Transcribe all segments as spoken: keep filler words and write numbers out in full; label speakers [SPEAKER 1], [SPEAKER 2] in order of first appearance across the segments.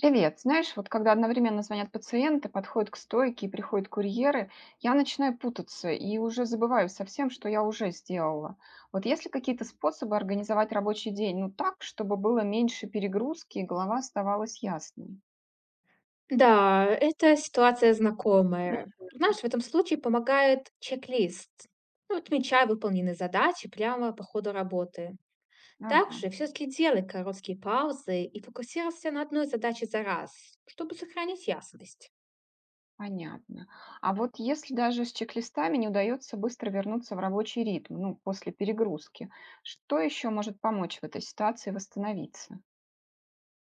[SPEAKER 1] Привет. Знаешь, вот когда одновременно звонят пациенты, подходят к стойке и приходят курьеры, я начинаю путаться и уже забываю совсем, что я уже сделала. Вот есть ли какие-то способы организовать рабочий день, ну так, чтобы было меньше перегрузки и голова оставалась ясной?
[SPEAKER 2] Да, эта ситуация
[SPEAKER 1] М,
[SPEAKER 2] знакомая. Знаешь, в этом случае помогает чек-лист. Ну, вот отмечай выполненные задачи прямо по ходу работы.
[SPEAKER 1] Ага,
[SPEAKER 2] Также все-таки делай короткие паузы и фокусируйся на одной задаче за раз, чтобы сохранить ясность.
[SPEAKER 1] понятно. А вот если даже с чек-листами не удается быстро вернуться в рабочий ритм, ну, после перегрузки, что еще может помочь в этой ситуации восстановиться?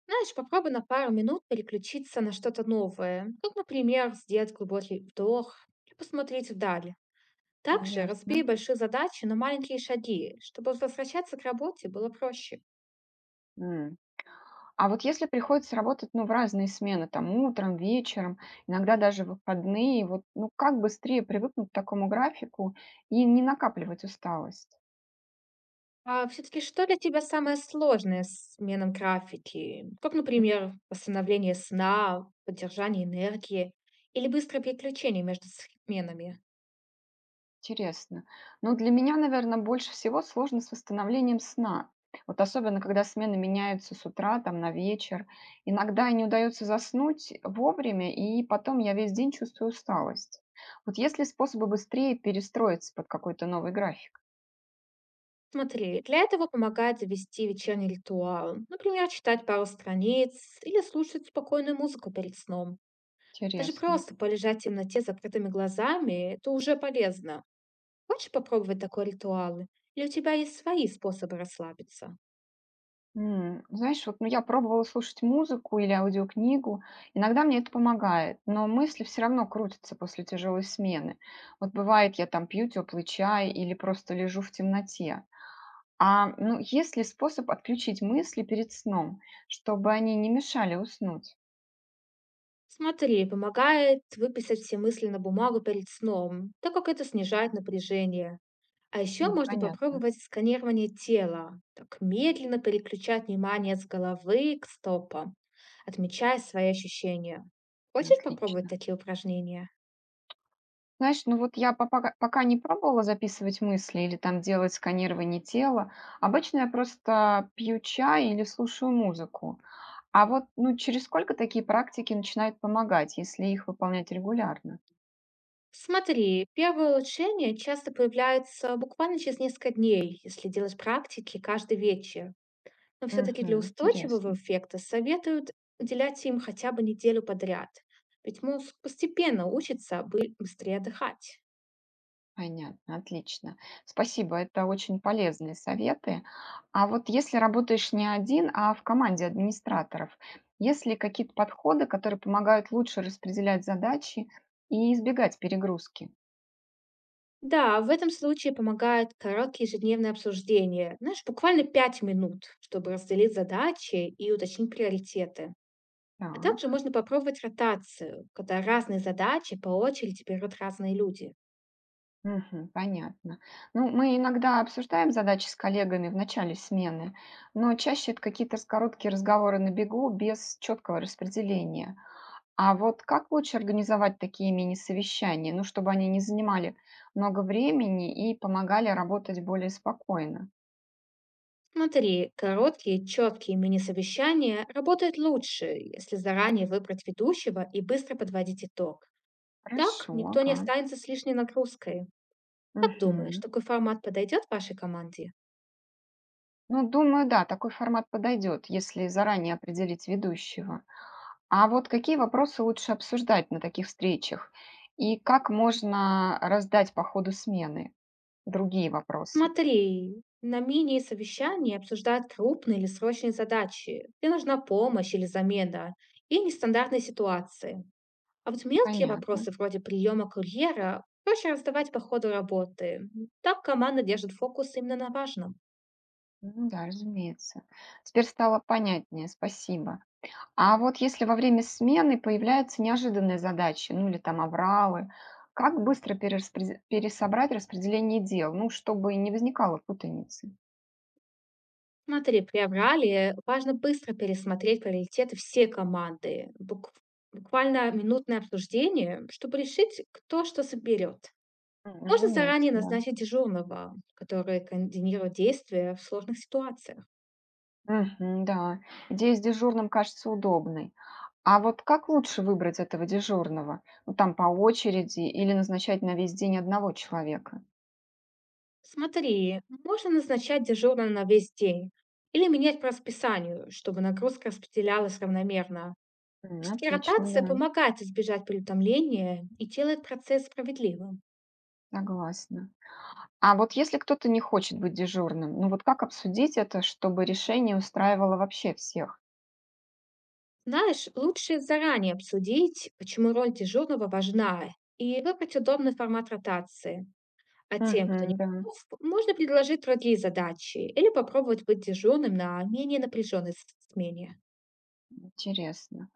[SPEAKER 2] Знаешь, попробуй на пару минут переключиться на что-то новое, как, например, сделать глубокий вдох и посмотреть вдаль. Также
[SPEAKER 1] Ясно.
[SPEAKER 2] разбей большие задачи на маленькие шаги, чтобы возвращаться к работе было проще.
[SPEAKER 1] М. А вот если приходится работать, ну, в разные смены, там, утром, вечером, иногда даже в выходные, вот, ну, как быстрее привыкнуть к такому графику и не накапливать усталость?
[SPEAKER 2] А все-таки что для тебя самое сложное с сменам графики? Как,
[SPEAKER 1] М,
[SPEAKER 2] например, восстановление сна, поддержание энергии или быстрое переключение между сменами?
[SPEAKER 1] Интересно. Но для меня, наверное, больше всего сложно с восстановлением сна. Вот особенно, когда смены меняются с утра, там, на вечер. Иногда не удается заснуть вовремя, и потом я весь день чувствую усталость. Вот есть ли способы быстрее перестроиться под какой-то новый график?
[SPEAKER 2] Смотри, для этого помогает завести вечерний ритуал. Например, читать пару страниц или слушать спокойную музыку перед сном. Даже
[SPEAKER 1] Интересно.
[SPEAKER 2] просто полежать в темноте с закрытыми глазами– это уже полезно. Хочешь попробовать такой ритуал? Или у тебя есть свои способы расслабиться?
[SPEAKER 1] М, знаешь, вот, ну, я пробовала слушать музыку или аудиокнигу. Иногда мне это помогает, но мысли все равно крутятся после тяжелой смены. Вот бывает, я там пью теплый чай или просто лежу в темноте. А, ну, есть ли способ отключить мысли перед сном, чтобы они не мешали уснуть?
[SPEAKER 2] Смотри, помогает выписать все мысли на бумагу перед сном, так как это снижает напряжение. А еще
[SPEAKER 1] М,
[SPEAKER 2] можно
[SPEAKER 1] понятно.
[SPEAKER 2] попробовать сканирование тела, так медленно переключать внимание с головы к стопам, отмечая свои ощущения. Хочешь попробовать
[SPEAKER 1] Отлично.
[SPEAKER 2] такие упражнения?
[SPEAKER 1] Знаешь, ну вот я пока, пока не пробовала записывать мысли или там делать сканирование тела. Обычно я просто пью чай или слушаю музыку. А вот, ну, через сколько такие практики начинают помогать, если их выполнять регулярно?
[SPEAKER 2] Смотри, первое улучшение часто появляется буквально через несколько дней, если делать практики каждый вечер. Но все-таки для
[SPEAKER 1] Мгм.
[SPEAKER 2] устойчивого
[SPEAKER 1] Интересно.
[SPEAKER 2] эффекта советуют уделять им хотя бы неделю подряд, ведь мозг постепенно учится бы- быстрее отдыхать.
[SPEAKER 1] Понятно, отлично. Спасибо, это очень полезные советы. А вот если работаешь не один, а в команде администраторов, есть ли какие-то подходы, которые помогают лучше распределять задачи и избегать перегрузки?
[SPEAKER 2] Да, в этом случае помогают короткие ежедневные обсуждения, знаешь, буквально пять минут, чтобы разделить задачи и уточнить приоритеты. А также
[SPEAKER 1] Так.
[SPEAKER 2] можно попробовать ротацию, когда разные задачи по очереди берут разные люди.
[SPEAKER 1] Мгм. Понятно. Ну, мы иногда обсуждаем задачи с коллегами в начале смены, но чаще это какие-то с- короткие разговоры на бегу без четкого распределения. А вот как лучше организовать такие мини-совещания, ну, чтобы они не занимали много времени и помогали работать более спокойно?
[SPEAKER 2] Смотри, короткие, четкие мини-совещания работают лучше, если заранее выбрать ведущего и быстро подводить итог. Так
[SPEAKER 1] Хорошо,
[SPEAKER 2] никто не
[SPEAKER 1] ага.
[SPEAKER 2] останется с лишней нагрузкой. Как думаешь,
[SPEAKER 1] Мгм.
[SPEAKER 2] такой формат подойдет вашей команде?
[SPEAKER 1] Ну, думаю, да, такой формат подойдет, если заранее определить ведущего. А вот какие вопросы лучше обсуждать на таких встречах? И как можно раздать по ходу смены другие вопросы?
[SPEAKER 2] Смотри, на мини-совещании обсуждают крупные или срочные задачи, где нужна помощь или замена, и нестандартные ситуации. А вот мелкие
[SPEAKER 1] Понятно.
[SPEAKER 2] вопросы вроде приема курьера проще раздавать по ходу работы. Так команда держит фокус именно на важном.
[SPEAKER 1] Ну да, разумеется. Теперь стало понятнее, спасибо. А вот если во время смены появляются неожиданные задачи, ну или там авралы, как быстро перераспрез- пересобрать распределение дел, ну, чтобы не возникало путаницы?
[SPEAKER 2] Смотри, при аврале важно быстро пересмотреть приоритеты всей команды. Бук- буквально минутное обсуждение, чтобы решить, кто что соберет.
[SPEAKER 1] М,
[SPEAKER 2] Можно
[SPEAKER 1] Разумеется,
[SPEAKER 2] заранее
[SPEAKER 1] да.
[SPEAKER 2] назначить дежурного, который координирует действия в сложных ситуациях.
[SPEAKER 1] Мгм, да. Идея с дежурным кажется удобной. А вот как лучше выбрать этого дежурного? Ну, там по очереди или назначать на весь день одного человека?
[SPEAKER 2] Смотри, можно назначать дежурного на весь день или менять по расписанию, чтобы нагрузка распределялась равномерно.
[SPEAKER 1] М,
[SPEAKER 2] Все-таки
[SPEAKER 1] Отлично,
[SPEAKER 2] ротация
[SPEAKER 1] да,
[SPEAKER 2] помогает избежать переутомления и делает процесс справедливым.
[SPEAKER 1] согласна. А вот если кто-то не хочет быть дежурным, ну вот как обсудить это, чтобы решение устраивало вообще всех?
[SPEAKER 2] Знаешь, лучше заранее обсудить, почему роль дежурного важна, и выбрать удобный формат ротации. А тем, кто не
[SPEAKER 1] Мгм, да,
[SPEAKER 2] готов, можно предложить другие задачи или попробовать быть дежурным на менее напряженной смене.
[SPEAKER 1] интересно.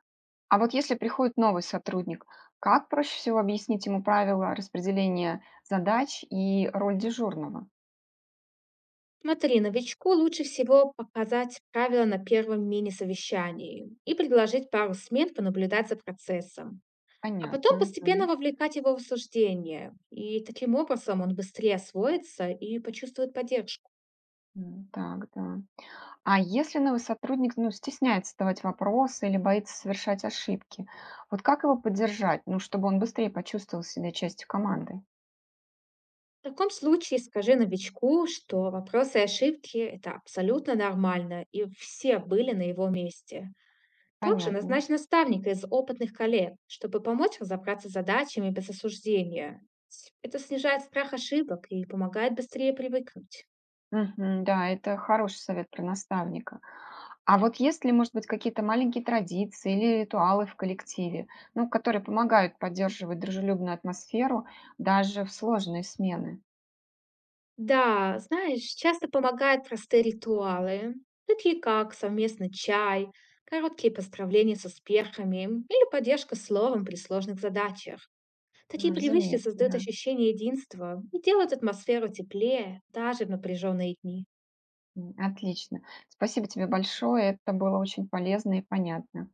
[SPEAKER 1] А вот если приходит новый сотрудник, как проще всего объяснить ему правила распределения задач и роль дежурного?
[SPEAKER 2] Смотри, новичку лучше всего показать правила на первом мини-совещании и предложить пару смен понаблюдать за процессом, а потом
[SPEAKER 1] Понятно.
[SPEAKER 2] постепенно
[SPEAKER 1] Мгм.
[SPEAKER 2] вовлекать его в обсуждение. И таким образом он быстрее освоится и почувствует поддержку.
[SPEAKER 1] М, Так, да. А если новый сотрудник, ну, стесняется задавать вопросы или боится совершать ошибки, вот как его поддержать, ну, чтобы он быстрее почувствовал себя частью команды?
[SPEAKER 2] В таком случае скажи новичку, что вопросы и ошибки– это абсолютно нормально, и все были на его месте. Также
[SPEAKER 1] Понятно.
[SPEAKER 2] назначь наставника из опытных коллег, чтобы помочь разобраться с задачами без осуждения. С- Это снижает страх ошибок и помогает быстрее привыкнуть.
[SPEAKER 1] Мгм, да, это хороший совет про наставника. А вот есть ли, может быть, какие-то маленькие традиции или ритуалы в коллективе, ну, которые помогают поддерживать дружелюбную атмосферу даже в сложные смены?
[SPEAKER 2] Да, знаешь, часто помогают простые ритуалы, такие как совместный чай, короткие поздравления с успехами или поддержка словом при сложных задачах. Такие
[SPEAKER 1] Ну,
[SPEAKER 2] привычки
[SPEAKER 1] разумеется,
[SPEAKER 2] создают
[SPEAKER 1] да.
[SPEAKER 2] ощущение единства и делают атмосферу теплее даже в напряженные дни.
[SPEAKER 1] М, Отлично. Спасибо тебе большое. Это было очень полезно и понятно.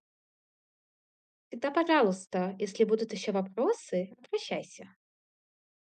[SPEAKER 2] Всегда пожалуйста, если будут еще вопросы, обращайся.